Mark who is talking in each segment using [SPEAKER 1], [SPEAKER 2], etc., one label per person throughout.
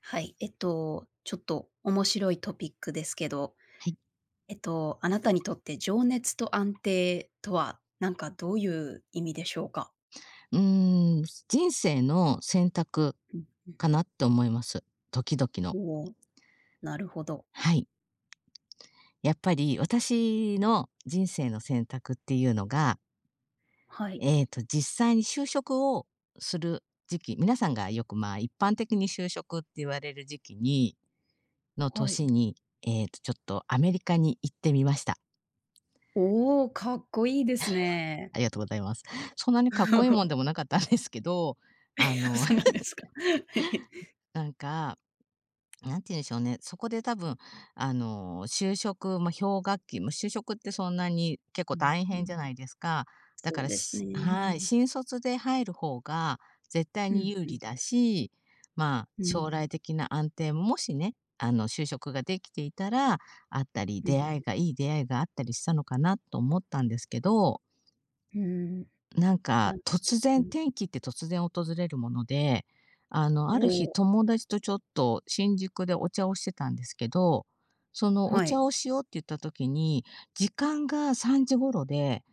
[SPEAKER 1] はい、ちょっと面白いトピックですけど、
[SPEAKER 2] はい。
[SPEAKER 1] あなたにとって情熱と安定とは、なんかどういう意味でしょうか？
[SPEAKER 2] うー人生の選択
[SPEAKER 1] うんうん。
[SPEAKER 2] かなって思います。時々の。
[SPEAKER 1] おー、なるほど。
[SPEAKER 2] はい。やっぱり私の人生の選択っていうのが、
[SPEAKER 1] はい、
[SPEAKER 2] 実際に就職をする時期、皆さんがよく、一般的に就職って言われる時期にの
[SPEAKER 1] はい。
[SPEAKER 2] 年に、ちょっとアメリカに行ってみました。
[SPEAKER 1] おー、かっこいいですね。
[SPEAKER 2] ありがとうございます。そんなにかっこいいもんで もなかったんですけど、あの、
[SPEAKER 1] そうなん ですか。はい。
[SPEAKER 2] なんかなんて言うんでしょうね、そこで多分、就職も氷河期も就職ってそんなに結 構
[SPEAKER 1] うん
[SPEAKER 2] 大
[SPEAKER 1] う
[SPEAKER 2] 変じゃ
[SPEAKER 1] ん。
[SPEAKER 2] ないですか。だか
[SPEAKER 1] そう
[SPEAKER 2] ら、
[SPEAKER 1] ですね。う
[SPEAKER 2] はい、
[SPEAKER 1] ん。
[SPEAKER 2] 新卒で入る方が絶対
[SPEAKER 1] う
[SPEAKER 2] に
[SPEAKER 1] ん
[SPEAKER 2] 有
[SPEAKER 1] うん。
[SPEAKER 2] 利だし、まあ、
[SPEAKER 1] う
[SPEAKER 2] 将
[SPEAKER 1] ん。
[SPEAKER 2] 来的な安定も、もしね、就職ができていたらあったり、
[SPEAKER 1] うん。
[SPEAKER 2] 出会いがいい出会いがあったりしたのかなと思ったんですけど、
[SPEAKER 1] うーん。なる
[SPEAKER 2] 突然
[SPEAKER 1] うん。
[SPEAKER 2] 転機って突然訪れるもので、
[SPEAKER 1] お
[SPEAKER 2] ある日
[SPEAKER 1] お、
[SPEAKER 2] 友達とちょっと新宿でお茶をしてたんですけど、そのお
[SPEAKER 1] は
[SPEAKER 2] 茶
[SPEAKER 1] い、
[SPEAKER 2] をしようって言った時に、時間が3時頃で、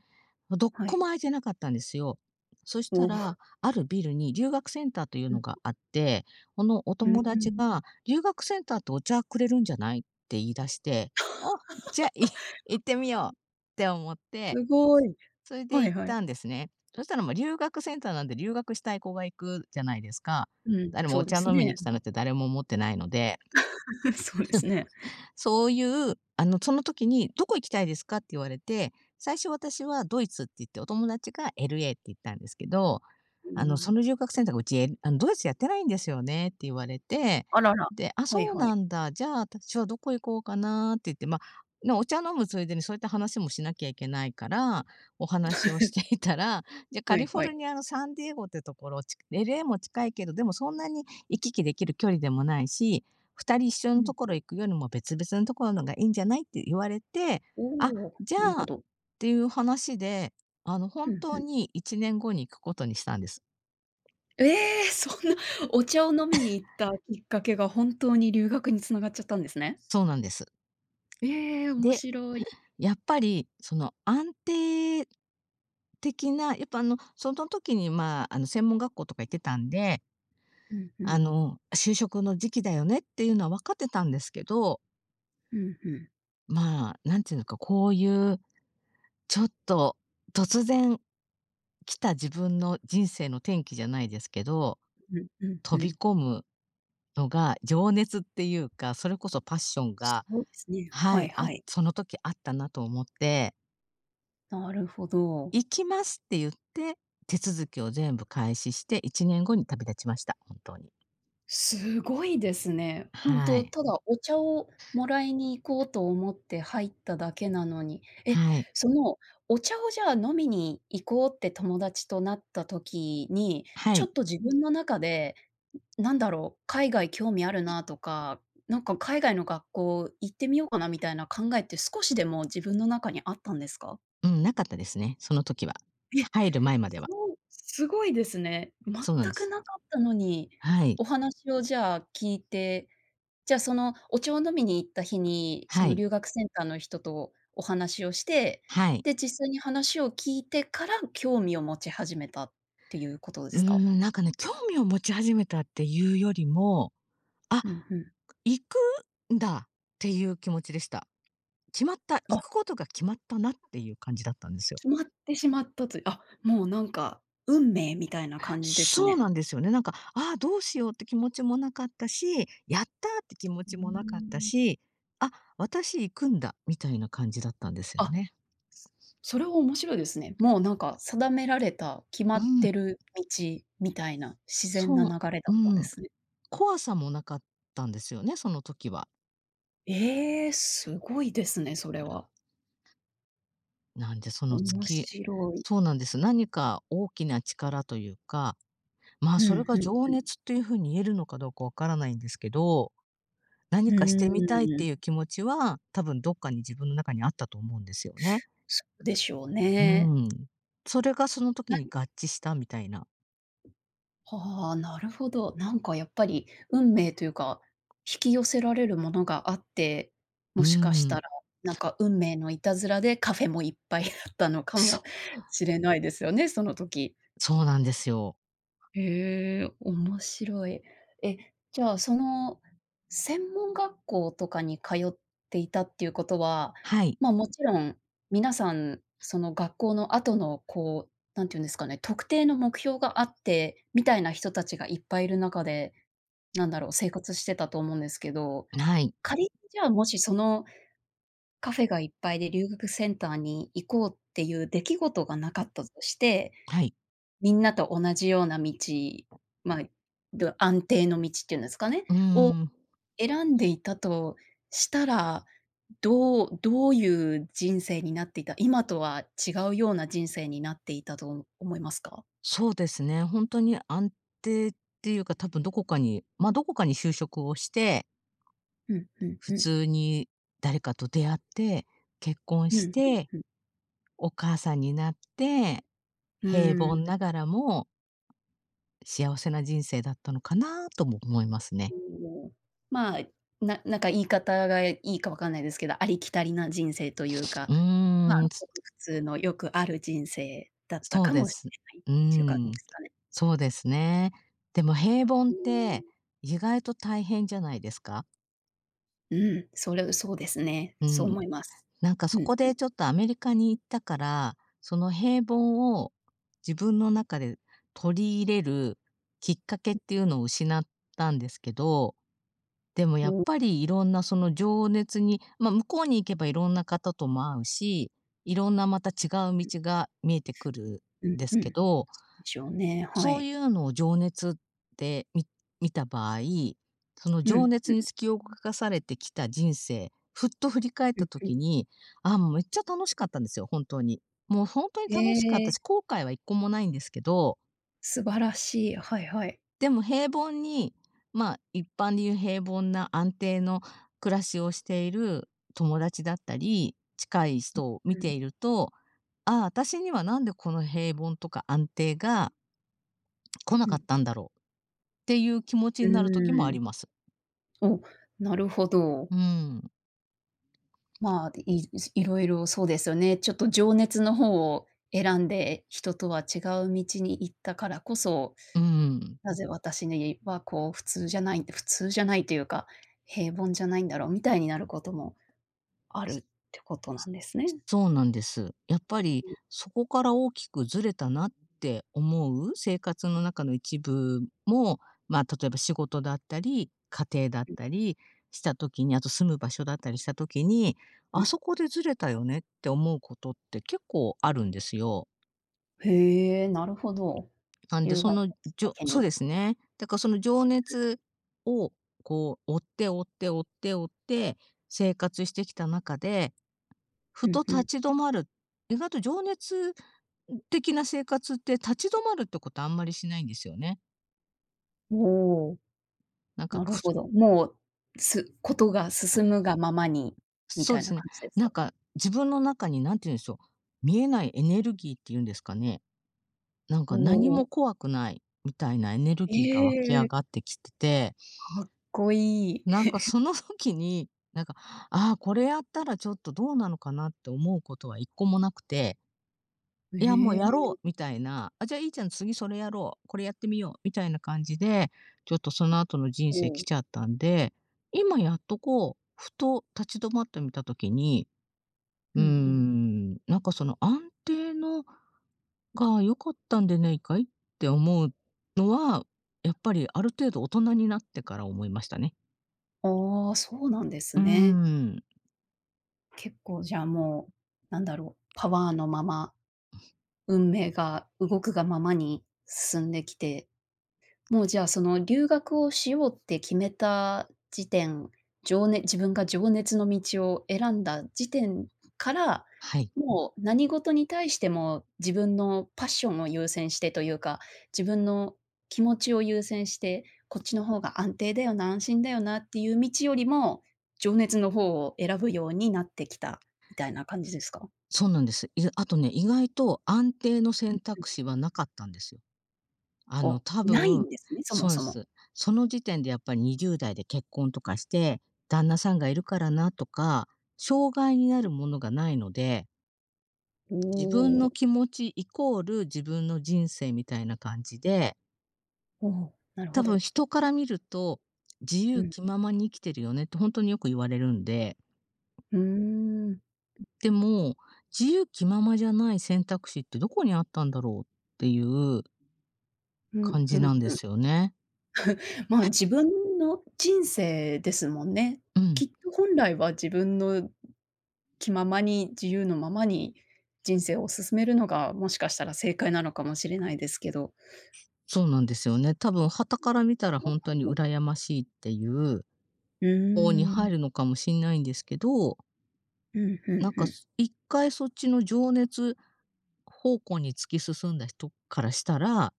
[SPEAKER 2] どっ
[SPEAKER 1] は
[SPEAKER 2] こも
[SPEAKER 1] い。
[SPEAKER 2] 空いてなかったんですよ。そし
[SPEAKER 1] お
[SPEAKER 2] た
[SPEAKER 1] お、
[SPEAKER 2] ら、あるビルに留学センターという
[SPEAKER 1] う
[SPEAKER 2] の
[SPEAKER 1] ん、
[SPEAKER 2] があって、このお
[SPEAKER 1] うん
[SPEAKER 2] 友
[SPEAKER 1] う
[SPEAKER 2] 達
[SPEAKER 1] ん。
[SPEAKER 2] が「留学センターってお茶くれるんじゃない？」って言い出して、「お、じゃあ、行ってみよう」って思って、
[SPEAKER 1] すごほどおー
[SPEAKER 2] それで
[SPEAKER 1] はいはい
[SPEAKER 2] 行
[SPEAKER 1] おーう
[SPEAKER 2] っ
[SPEAKER 1] んうんうんすごいはいはい
[SPEAKER 2] たんですね。そしたら、ま、留学センターなんで留学したい子が行くじゃないですか。
[SPEAKER 1] うん、
[SPEAKER 2] 誰も
[SPEAKER 1] そ
[SPEAKER 2] お
[SPEAKER 1] うで
[SPEAKER 2] 茶
[SPEAKER 1] す
[SPEAKER 2] 飲みに
[SPEAKER 1] ね。
[SPEAKER 2] 来たなんて誰も思ってないので、
[SPEAKER 1] そうですね。
[SPEAKER 2] そういう、その時に「どこ行きたいですか？」って言われて、最初私はドイツって言って、お友達が LA って言ったんですけど、
[SPEAKER 1] う
[SPEAKER 2] そ
[SPEAKER 1] ん、
[SPEAKER 2] の留学選択、うち、えあの、ドイツやってないんですよねって言われて、
[SPEAKER 1] あらら。
[SPEAKER 2] で、あ、
[SPEAKER 1] はい
[SPEAKER 2] そう
[SPEAKER 1] は
[SPEAKER 2] な
[SPEAKER 1] い。
[SPEAKER 2] んだ、じゃあ私はどこ行こうかなって言って、ね、お茶飲むついでにそういった話もしなきゃいけないから、お話をし ていたら、じゃ、カ
[SPEAKER 1] は
[SPEAKER 2] リ
[SPEAKER 1] い
[SPEAKER 2] フォ
[SPEAKER 1] は
[SPEAKER 2] ル
[SPEAKER 1] い。
[SPEAKER 2] ニアのサンディエゴってところ、LA も近いけど、でもそんなに行き来できる距離でもないし、2人一緒
[SPEAKER 1] う
[SPEAKER 2] のと
[SPEAKER 1] ん。
[SPEAKER 2] ころ行くよりも別々のところのがいいんじゃない？って言われて、あ、
[SPEAKER 1] おお、
[SPEAKER 2] じゃ
[SPEAKER 1] なる
[SPEAKER 2] あ
[SPEAKER 1] ほ
[SPEAKER 2] っ
[SPEAKER 1] ど。
[SPEAKER 2] ていう話で、
[SPEAKER 1] う
[SPEAKER 2] 本
[SPEAKER 1] ん
[SPEAKER 2] 当
[SPEAKER 1] うん。
[SPEAKER 2] に1年後に行くことにしたんです。
[SPEAKER 1] ええ、そんなお茶を飲みに行ったきっかけが本当に留学につながっちゃったんですね。
[SPEAKER 2] そうなんです。
[SPEAKER 1] ええ、面
[SPEAKER 2] で、
[SPEAKER 1] 白い。
[SPEAKER 2] やっぱりその安定的な、やっぱ、その時に、まあ、専門学校とか行ってたんで、
[SPEAKER 1] うんうん。
[SPEAKER 2] 就職の時期だよねっていうのは分かってたんですけど、
[SPEAKER 1] うんうん。
[SPEAKER 2] まあ、なんていうのか、こういうちょっと突然来た自分の人生の転機じゃないですけど、
[SPEAKER 1] うんうん
[SPEAKER 2] 飛
[SPEAKER 1] う
[SPEAKER 2] び
[SPEAKER 1] ん。
[SPEAKER 2] 込むのが情熱っていうか、それこそパッション
[SPEAKER 1] そ
[SPEAKER 2] が、
[SPEAKER 1] うですね。
[SPEAKER 2] は
[SPEAKER 1] は
[SPEAKER 2] い、
[SPEAKER 1] い
[SPEAKER 2] あ
[SPEAKER 1] はい。
[SPEAKER 2] その時あったなと思って、
[SPEAKER 1] なるほど。
[SPEAKER 2] 行きますって言って、手続きを全部開始して1年後に旅立ちました、本当に。
[SPEAKER 1] すごいですね。本
[SPEAKER 2] は
[SPEAKER 1] 当
[SPEAKER 2] い。
[SPEAKER 1] ただお茶をもらいに行こうと思って入っただけなのに。え、
[SPEAKER 2] はい。
[SPEAKER 1] その、お茶をじゃあ飲みに行こうって友達となった時に、
[SPEAKER 2] は
[SPEAKER 1] ちょっ
[SPEAKER 2] い。
[SPEAKER 1] と自分の中で、なんだろう、海外興味あるなとか、なんか海外の学校行ってみようかなみたいな考えって少しでも自分の中にあったんですか？
[SPEAKER 2] うん、なかったですね、その時は。
[SPEAKER 1] え、
[SPEAKER 2] 入る前までは。
[SPEAKER 1] そう、すごいですね。全
[SPEAKER 2] そうなんで
[SPEAKER 1] く
[SPEAKER 2] す。
[SPEAKER 1] なかったのに、
[SPEAKER 2] はい。
[SPEAKER 1] お話をじゃあ聞いて、じゃあ、お茶を飲みに行った日に、そ
[SPEAKER 2] は
[SPEAKER 1] の
[SPEAKER 2] い。
[SPEAKER 1] 留学センターの人とお話をして、
[SPEAKER 2] はい。
[SPEAKER 1] で、実際に話を聞いてから興味を持ち始めたっていうことですか？
[SPEAKER 2] なんかね、興味を持ち始めたっていうよりも、あ、
[SPEAKER 1] うんうん。
[SPEAKER 2] 行くんだっていう気持ちでした。決まった、行く
[SPEAKER 1] あ、
[SPEAKER 2] ことが決まったなっていう感じだったんですよ。
[SPEAKER 1] 決まってしまったという、あ、もうなんか、運命みたいな感じです
[SPEAKER 2] そう
[SPEAKER 1] ね。
[SPEAKER 2] なんですよね。なんか、ああ、どうしようって気持ちもなかったし、やったーって気持
[SPEAKER 1] うー
[SPEAKER 2] ちもなかった
[SPEAKER 1] ん。
[SPEAKER 2] し、あ、私行くんだみたいな感じだったんですよ
[SPEAKER 1] あ、
[SPEAKER 2] ね。
[SPEAKER 1] それは面白いですね。もうなんか定められた、決ま
[SPEAKER 2] う
[SPEAKER 1] っ
[SPEAKER 2] ん、
[SPEAKER 1] てる道みたいな、自然な
[SPEAKER 2] そ
[SPEAKER 1] 流
[SPEAKER 2] う、
[SPEAKER 1] れだ
[SPEAKER 2] う
[SPEAKER 1] ったんで
[SPEAKER 2] ん、
[SPEAKER 1] すね。
[SPEAKER 2] 怖さもなかったんですよね、その時は。
[SPEAKER 1] ええ、すごいですね、それは。
[SPEAKER 2] なんでその
[SPEAKER 1] 面
[SPEAKER 2] 月
[SPEAKER 1] 白い。
[SPEAKER 2] そうなんです。何か大きな力というか、
[SPEAKER 1] う
[SPEAKER 2] そ
[SPEAKER 1] ん
[SPEAKER 2] れが
[SPEAKER 1] う
[SPEAKER 2] 情
[SPEAKER 1] ん。
[SPEAKER 2] 熱というふうに言えるのかどうかわからないんですけど、
[SPEAKER 1] う
[SPEAKER 2] 何かして
[SPEAKER 1] ー
[SPEAKER 2] みたいって
[SPEAKER 1] ん。
[SPEAKER 2] いう気持ちは、多分どっかに自分の中にあったと思うんですよね。
[SPEAKER 1] そうでしょう
[SPEAKER 2] う
[SPEAKER 1] ね。
[SPEAKER 2] ん。それがその時
[SPEAKER 1] な
[SPEAKER 2] に合致したみたいな。
[SPEAKER 1] はあ、なるほど。なんかやっぱり運命というか、引き寄せられるものがあって、
[SPEAKER 2] う
[SPEAKER 1] もしかした
[SPEAKER 2] ん。
[SPEAKER 1] ら、なんか運命のいたずらでカフェもいっぱいだったのかも
[SPEAKER 2] そ
[SPEAKER 1] しれないですよね、その時。
[SPEAKER 2] そうなんですよ。
[SPEAKER 1] へえ、面白い。え、じゃあ、その、専門学校とかに通っていたっていうことは、
[SPEAKER 2] はい。
[SPEAKER 1] まあ、もちろん皆さん、その学校の後の、こう、なんていうんですかね、特定の目標があって、みたいな人たちがいっぱいいる中で、なんだろう、生活してたと思うんですけど、
[SPEAKER 2] はい。
[SPEAKER 1] 仮にじゃあ、もしそのカフェがいっぱいで留学センターに行こうっていう出来事がなかったとして、
[SPEAKER 2] はい。
[SPEAKER 1] みんなと同じような道、まあ、ど安定の道っていうんですかね、
[SPEAKER 2] うー
[SPEAKER 1] を
[SPEAKER 2] ん。
[SPEAKER 1] 選んでいたとしたら、どういう人生になっていた、今とは違うような人生になっていたと思いますか？
[SPEAKER 2] そうですね、ほんとに安定っていうか、多分どこかに、ま、どこかに就職をして、
[SPEAKER 1] うん、うん
[SPEAKER 2] 普
[SPEAKER 1] うん。
[SPEAKER 2] 通に誰かと出会って、結婚
[SPEAKER 1] うん、う
[SPEAKER 2] し
[SPEAKER 1] ん
[SPEAKER 2] て、
[SPEAKER 1] うん。
[SPEAKER 2] お母さんになって、
[SPEAKER 1] う
[SPEAKER 2] 平
[SPEAKER 1] ー
[SPEAKER 2] 凡
[SPEAKER 1] ん、
[SPEAKER 2] ながらも幸せな人生だったのかなとも思いますね。
[SPEAKER 1] まあ、なんか言い方がいいかわかんないですけど、ありきたりな人生というか、
[SPEAKER 2] う
[SPEAKER 1] まあ、
[SPEAKER 2] ーん、
[SPEAKER 1] ごく普通のよくある人生だった
[SPEAKER 2] そう
[SPEAKER 1] か
[SPEAKER 2] で
[SPEAKER 1] もし
[SPEAKER 2] す。
[SPEAKER 1] れないっ
[SPEAKER 2] う
[SPEAKER 1] ていう感じ
[SPEAKER 2] ーん、
[SPEAKER 1] ですかね。
[SPEAKER 2] そうですね。でも平凡っ
[SPEAKER 1] うーん。
[SPEAKER 2] て意外と大変じゃないですか？
[SPEAKER 1] うん、そうですね。
[SPEAKER 2] う
[SPEAKER 1] そう
[SPEAKER 2] ん、
[SPEAKER 1] 思います。
[SPEAKER 2] なんかそ
[SPEAKER 1] うん。
[SPEAKER 2] こでちょっとアメリカに行ったから、その平凡を自分の中で取り入れるきっかけっていうのを失ったんですけど、でもやっ
[SPEAKER 1] お、
[SPEAKER 2] ぱりいろんなその情熱に、まあ、向こうに行けばいろんな方とも会うし、いろんなまた違う道が見えてくる
[SPEAKER 1] う
[SPEAKER 2] ん
[SPEAKER 1] ん
[SPEAKER 2] です
[SPEAKER 1] う
[SPEAKER 2] け
[SPEAKER 1] ん。で
[SPEAKER 2] ど、
[SPEAKER 1] しょうね、は
[SPEAKER 2] そう
[SPEAKER 1] い。
[SPEAKER 2] いうのを情熱で見た場合、その
[SPEAKER 1] う
[SPEAKER 2] 情
[SPEAKER 1] ん、
[SPEAKER 2] 熱に突き動かされてきた人生、ふっと振り返っ
[SPEAKER 1] う
[SPEAKER 2] た
[SPEAKER 1] んうん。
[SPEAKER 2] 時に、あもうめっちゃ楽しかったんですよ、本当に。もう本当に
[SPEAKER 1] え
[SPEAKER 2] 楽しかった
[SPEAKER 1] え、
[SPEAKER 2] し、後悔は一個もないんですけど、
[SPEAKER 1] 素晴らしい。はいはい。
[SPEAKER 2] でも平凡に、まあ、一般でいう平凡な安定の暮らしをしている友達だったり、近い人を見
[SPEAKER 1] う
[SPEAKER 2] て
[SPEAKER 1] ん、
[SPEAKER 2] いると、ああ、私にはなんでこの平凡とか安定が来な
[SPEAKER 1] う
[SPEAKER 2] かっ
[SPEAKER 1] ん。
[SPEAKER 2] たんだろうっていう気持ち
[SPEAKER 1] う
[SPEAKER 2] になる時もあ
[SPEAKER 1] ーん。
[SPEAKER 2] ります。
[SPEAKER 1] お、なるほど。
[SPEAKER 2] うん、
[SPEAKER 1] まあ、いろいろそうですよね。ちょっと情熱の方を選んで、人とは違う道に行ったからこそ、
[SPEAKER 2] うん。
[SPEAKER 1] なぜ私にはこう普通じゃない普通じゃないというか、平凡じゃないんだろうみたいになることもあるってことなんですね。
[SPEAKER 2] そうなんです。やっぱりそこから大きくずれたなって思う生活の中の一部も、まあ、例えば仕事だったり、家庭だっ
[SPEAKER 1] うん
[SPEAKER 2] たりした時に、あと住む場所だったりした時に、
[SPEAKER 1] う
[SPEAKER 2] あ
[SPEAKER 1] ん。
[SPEAKER 2] そこでずれたよねって思うことって結構あるんですよ。
[SPEAKER 1] へえ、なるほど。
[SPEAKER 2] なんで
[SPEAKER 1] 留
[SPEAKER 2] そ
[SPEAKER 1] 学を
[SPEAKER 2] の
[SPEAKER 1] きっ
[SPEAKER 2] じ
[SPEAKER 1] か
[SPEAKER 2] ょ
[SPEAKER 1] け
[SPEAKER 2] そう
[SPEAKER 1] に。
[SPEAKER 2] ですね。だからその情熱をこう追って追って追って追って生活してきた中で、
[SPEAKER 1] う
[SPEAKER 2] ふと
[SPEAKER 1] んう
[SPEAKER 2] 立
[SPEAKER 1] ん。
[SPEAKER 2] ち止まる。意外と情熱的な生活って立ち止まるってことあんまりしないんですよね。
[SPEAKER 1] おお、
[SPEAKER 2] なんか、
[SPEAKER 1] な
[SPEAKER 2] こ
[SPEAKER 1] る
[SPEAKER 2] う
[SPEAKER 1] ほど。もう、ことが進むがままに、み
[SPEAKER 2] そう
[SPEAKER 1] た
[SPEAKER 2] で
[SPEAKER 1] い
[SPEAKER 2] す
[SPEAKER 1] な感
[SPEAKER 2] ね。
[SPEAKER 1] じです
[SPEAKER 2] なん
[SPEAKER 1] か？
[SPEAKER 2] か自分の中に何て言うんでしょう、見えないエネルギーっていうんですかね。なん
[SPEAKER 1] お
[SPEAKER 2] か何も
[SPEAKER 1] お。
[SPEAKER 2] 怖くないみたいなエネル
[SPEAKER 1] え
[SPEAKER 2] ギーが湧き上
[SPEAKER 1] え、
[SPEAKER 2] がってきてて、
[SPEAKER 1] かっこいい。
[SPEAKER 2] なんかその時に、なんか、ああ、これやったらちょっとどうなのかなって思うことは一個もなくて、
[SPEAKER 1] え
[SPEAKER 2] いや、もうや
[SPEAKER 1] え、
[SPEAKER 2] ろうみたいな、あ、じゃあいいじゃん、次それやろう、これやってみようみたいな感じで、ちょっとその後の人
[SPEAKER 1] お
[SPEAKER 2] 生来
[SPEAKER 1] お。
[SPEAKER 2] ちゃったんで、今やっとこう、ふと立ち止まってみた時に、う
[SPEAKER 1] う
[SPEAKER 2] ー
[SPEAKER 1] んうん。
[SPEAKER 2] ん、なんかその安定のが良かったんでないかいって思うのは、やっぱりある程度大人になってから思いましたね。
[SPEAKER 1] ああ、そうなんです
[SPEAKER 2] うー
[SPEAKER 1] ね。
[SPEAKER 2] ん、
[SPEAKER 1] 結構じゃあもう、なんだろう、パワーのまま、運命が動くがままに進んできて、もうじゃあ、その留学をしようって決めた時点、自分が情熱の道を選んだ時点から、
[SPEAKER 2] はい。
[SPEAKER 1] もう何事に対しても自分のパッションを優先してというか、自分の気持ちを優先して、こっちの方が安定だよな、安心だよなっていう道よりも、情熱の方を選ぶようになってきたみたいな感じですか？
[SPEAKER 2] そうなんです。あとね、意外と安定の
[SPEAKER 1] う
[SPEAKER 2] 選
[SPEAKER 1] ん。
[SPEAKER 2] 択肢はなかったんですよ。
[SPEAKER 1] お、
[SPEAKER 2] 多
[SPEAKER 1] ないん
[SPEAKER 2] 分、
[SPEAKER 1] ですね、そ
[SPEAKER 2] そ
[SPEAKER 1] も
[SPEAKER 2] うなんで
[SPEAKER 1] そも。
[SPEAKER 2] す。その時点でやっぱり20代で結婚とかして、旦那さんがいるからなとか、障害になるものがないので、
[SPEAKER 1] お
[SPEAKER 2] 自分の
[SPEAKER 1] お、
[SPEAKER 2] 気持ちイコール自分の人生みたいな感じで、
[SPEAKER 1] おお、なる
[SPEAKER 2] 多
[SPEAKER 1] ほ
[SPEAKER 2] 分
[SPEAKER 1] ど。
[SPEAKER 2] 人から見ると、自
[SPEAKER 1] う
[SPEAKER 2] 由
[SPEAKER 1] ん。
[SPEAKER 2] 気ままに生きてるよねって本当によく言われるんで、
[SPEAKER 1] うーん。
[SPEAKER 2] でも、自由気ままじゃない選択肢ってどこにあったんだろうっていう
[SPEAKER 1] うん、
[SPEAKER 2] 感
[SPEAKER 1] ふ
[SPEAKER 2] じな
[SPEAKER 1] ん
[SPEAKER 2] んで
[SPEAKER 1] ふん。
[SPEAKER 2] すよね。
[SPEAKER 1] まあ、自分の人生ですもんね。
[SPEAKER 2] うん。
[SPEAKER 1] きっと本来は自分の気ままに、自由のままに人生を進めるのが、もしかしたら正解なのかもしれないですけど。
[SPEAKER 2] そうなんですよね。多分傍から見たら
[SPEAKER 1] なる
[SPEAKER 2] 本当
[SPEAKER 1] ほ
[SPEAKER 2] に
[SPEAKER 1] ど。
[SPEAKER 2] 羨ましいっていう
[SPEAKER 1] う
[SPEAKER 2] 方に
[SPEAKER 1] ー
[SPEAKER 2] 入
[SPEAKER 1] ん。
[SPEAKER 2] るのかもしんないんですけど、
[SPEAKER 1] うん、ふん
[SPEAKER 2] なん
[SPEAKER 1] ふ
[SPEAKER 2] か、
[SPEAKER 1] ん。
[SPEAKER 2] 一回そっちの情熱方向に突き進んだ人からしたら、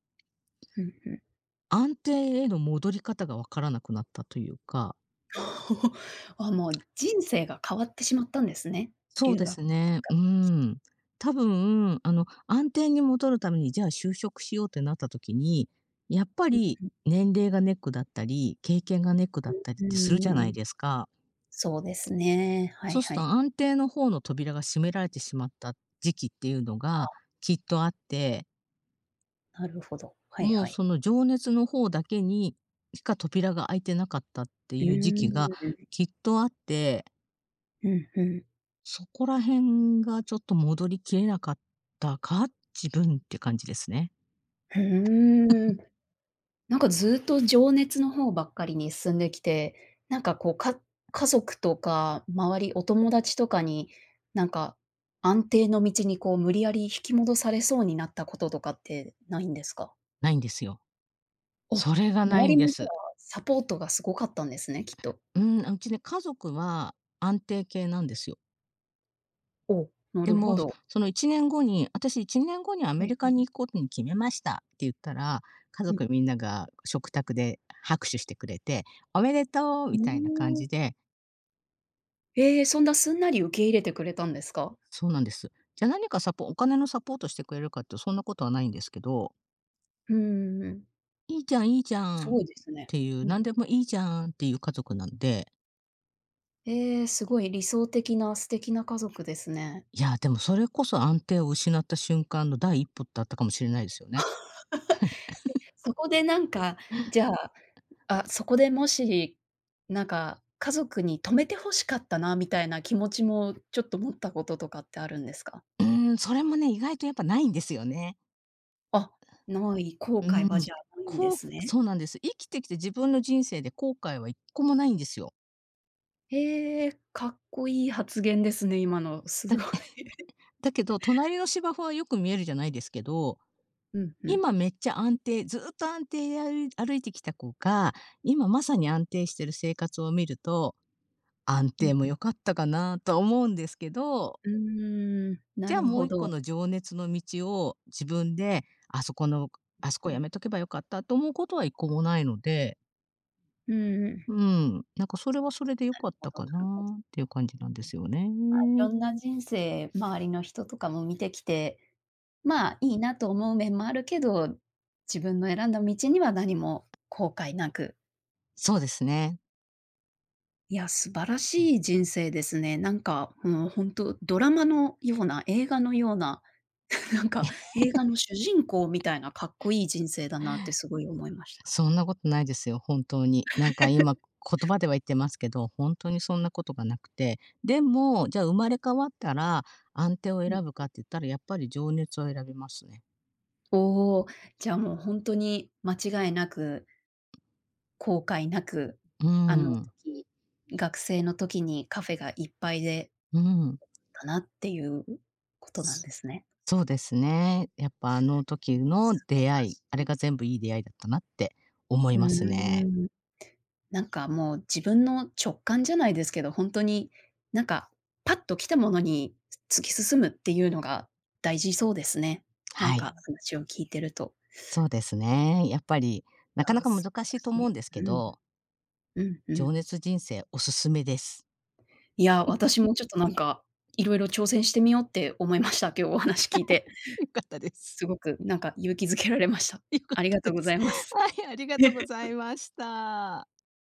[SPEAKER 1] ふんふん。
[SPEAKER 2] 安定への戻り方がわからなくなったというか。
[SPEAKER 1] あ、もう人生が変わってしまったんですね。
[SPEAKER 2] そう
[SPEAKER 1] 留
[SPEAKER 2] で
[SPEAKER 1] 学
[SPEAKER 2] す
[SPEAKER 1] きっ
[SPEAKER 2] ね、
[SPEAKER 1] か
[SPEAKER 2] う
[SPEAKER 1] け。
[SPEAKER 2] ん。多分、安定に戻るために、じゃあ就職しようってなった時に、やっぱり
[SPEAKER 1] う
[SPEAKER 2] 年齢がネックだったり、経験がネックだったり
[SPEAKER 1] う
[SPEAKER 2] ってする
[SPEAKER 1] ん
[SPEAKER 2] じゃな
[SPEAKER 1] う
[SPEAKER 2] い
[SPEAKER 1] ん。
[SPEAKER 2] ですか。
[SPEAKER 1] そうですね。はい
[SPEAKER 2] そうする
[SPEAKER 1] は
[SPEAKER 2] と
[SPEAKER 1] い。
[SPEAKER 2] 安定の方の扉が閉められてしまった時期っていうのがきっとあって、
[SPEAKER 1] なるほど。はい
[SPEAKER 2] もう
[SPEAKER 1] は
[SPEAKER 2] そ
[SPEAKER 1] い。
[SPEAKER 2] の情熱の方だけにしか扉が開いてなかったって
[SPEAKER 1] う
[SPEAKER 2] い
[SPEAKER 1] ー
[SPEAKER 2] う時期が
[SPEAKER 1] ん。
[SPEAKER 2] きっとあって、
[SPEAKER 1] うん、ふん。
[SPEAKER 2] そこら辺がちょっと戻りきれなかったか、自分って感じですね。
[SPEAKER 1] ふーん。なんかずっと情熱の方ばっかりに進んできて、なんかこう、家族とか周り、お友達とかに、なんか安定の道にこう無理やり引き戻されそうになったこととかってないんですか？
[SPEAKER 2] ないんですよ。
[SPEAKER 1] あ、
[SPEAKER 2] それがな
[SPEAKER 1] 周
[SPEAKER 2] いん
[SPEAKER 1] り
[SPEAKER 2] で
[SPEAKER 1] もじゃあ、
[SPEAKER 2] す。
[SPEAKER 1] サポートがすごかったんですね、きっと。
[SPEAKER 2] うん、うちね、家族は安定系なんですよ。
[SPEAKER 1] お、な
[SPEAKER 2] で
[SPEAKER 1] るほ
[SPEAKER 2] も、
[SPEAKER 1] ど。
[SPEAKER 2] その1年後に、私1年後にアメ
[SPEAKER 1] ね
[SPEAKER 2] リ
[SPEAKER 1] い
[SPEAKER 2] カ
[SPEAKER 1] ん
[SPEAKER 2] に行くことに決めましたって言ったら、家
[SPEAKER 1] うん。
[SPEAKER 2] 族みんなが食卓で拍手してくれて、おめでとう
[SPEAKER 1] う
[SPEAKER 2] みたいな感
[SPEAKER 1] ー
[SPEAKER 2] じ
[SPEAKER 1] ん。
[SPEAKER 2] で、
[SPEAKER 1] ええ、そんなすんなり受け入れてくれたんですか？
[SPEAKER 2] そうなんです。じゃあ何かサポお金のサポートしてくれるかってそんなことはないんですけど、
[SPEAKER 1] うんん。
[SPEAKER 2] いいじゃんいいじゃ
[SPEAKER 1] す
[SPEAKER 2] んっ
[SPEAKER 1] ごいですね。
[SPEAKER 2] ていう、
[SPEAKER 1] うん。
[SPEAKER 2] 何でもいいじゃんっていう家族なんで、
[SPEAKER 1] ええ、すごい理想的な素敵な家族ですね。
[SPEAKER 2] いや、でもそれこそ安定を失った瞬間の第一歩だったかもしれないですよね。
[SPEAKER 1] え、そこでなんか、じゃあ、あ、そこでもし、なんか家族に止めて欲しかったなみたいな気持ちもちょっと持ったこととかってあるんですか？
[SPEAKER 2] うーん、それもね、意外とやっぱないんですよね。
[SPEAKER 1] あ、ない、後
[SPEAKER 2] う
[SPEAKER 1] 悔
[SPEAKER 2] ん、
[SPEAKER 1] はじゃあないんで
[SPEAKER 2] こう
[SPEAKER 1] すね。
[SPEAKER 2] そうなんです。生きてきて自分の人生で後悔は1個もないんですよ。
[SPEAKER 1] へえ、かっこいい発言ですね、今の。すごい。
[SPEAKER 2] だけど、隣の芝生はよく見えるじゃないですけど、
[SPEAKER 1] うんうん、
[SPEAKER 2] 今めっちゃ安定ずっと安定で歩いてきた子が、今まさに安定してる生活を見ると、安
[SPEAKER 1] う
[SPEAKER 2] 定
[SPEAKER 1] ん。
[SPEAKER 2] も良かったかなとは思うんですけど、
[SPEAKER 1] うーん、
[SPEAKER 2] じ
[SPEAKER 1] な
[SPEAKER 2] ゃあ
[SPEAKER 1] る
[SPEAKER 2] もう
[SPEAKER 1] ほ
[SPEAKER 2] 1個
[SPEAKER 1] ど。
[SPEAKER 2] の情熱の道を自分で、あそこのあそ
[SPEAKER 1] う
[SPEAKER 2] こや
[SPEAKER 1] ん。
[SPEAKER 2] めとけばよかったと思うことは1個もないので、
[SPEAKER 1] うんうん。な
[SPEAKER 2] うん、なんかそれはそれで良か
[SPEAKER 1] る
[SPEAKER 2] っ
[SPEAKER 1] ほ
[SPEAKER 2] た
[SPEAKER 1] どな
[SPEAKER 2] か
[SPEAKER 1] るほど。
[SPEAKER 2] なっていう感じなんですよね。
[SPEAKER 1] いろんな人生、周りの人とかも見てきて、まあ、いいなと思う面もあるけど、自分の選んだ道には何も後悔なく。
[SPEAKER 2] そうですね。
[SPEAKER 1] いや、素晴らしい人生ですね。なんか、もうドラマのような、映画のような、なんか映画の主人公みたいなかっこいい人生だなってすごい思いました。
[SPEAKER 2] そんなことないですよ、本当に。なんか今、言葉では言ってますけど、本当にそんなことがなくて。でも、じゃあ生まれ変わったら、安定を
[SPEAKER 1] うん。
[SPEAKER 2] 選ぶかって言ったら、やっぱり情熱を選びますね。
[SPEAKER 1] おお、じゃあもう本当に間違いなく、後悔なく、
[SPEAKER 2] う
[SPEAKER 1] あの
[SPEAKER 2] ん、
[SPEAKER 1] 時、学生の時にカフェがいっぱいで
[SPEAKER 2] うん。
[SPEAKER 1] だなっていうことなん
[SPEAKER 2] そ
[SPEAKER 1] ですね。
[SPEAKER 2] そうですね。やっぱあの時の出会い、あれが全部いい出会いだったなって思い
[SPEAKER 1] う
[SPEAKER 2] ますね。
[SPEAKER 1] ーん。なんかもう自分の直感じゃないですけど、本当に、なんか、パッと来たものに突き進むっていうのが大事そうですね。なん
[SPEAKER 2] はい。
[SPEAKER 1] か話を聞いてると。
[SPEAKER 2] そうですね。やっぱり、
[SPEAKER 1] い
[SPEAKER 2] なかな
[SPEAKER 1] や、
[SPEAKER 2] か
[SPEAKER 1] 素
[SPEAKER 2] 難
[SPEAKER 1] 晴
[SPEAKER 2] し
[SPEAKER 1] ら
[SPEAKER 2] いと
[SPEAKER 1] し
[SPEAKER 2] 思う
[SPEAKER 1] い。
[SPEAKER 2] んですけ
[SPEAKER 1] うん、
[SPEAKER 2] ど、
[SPEAKER 1] うんうん。
[SPEAKER 2] 情熱人生おすすめです。
[SPEAKER 1] いや、私もちょっとなんか、いろいろ挑戦してみようって思いました。今日お話聞いて。
[SPEAKER 2] 良かったです。
[SPEAKER 1] すごくなんか勇気づけられました。
[SPEAKER 2] 良かっ
[SPEAKER 1] ありが
[SPEAKER 2] た
[SPEAKER 1] とう
[SPEAKER 2] で
[SPEAKER 1] ござ
[SPEAKER 2] す。
[SPEAKER 1] いま す。
[SPEAKER 2] はい、ありがとうございました。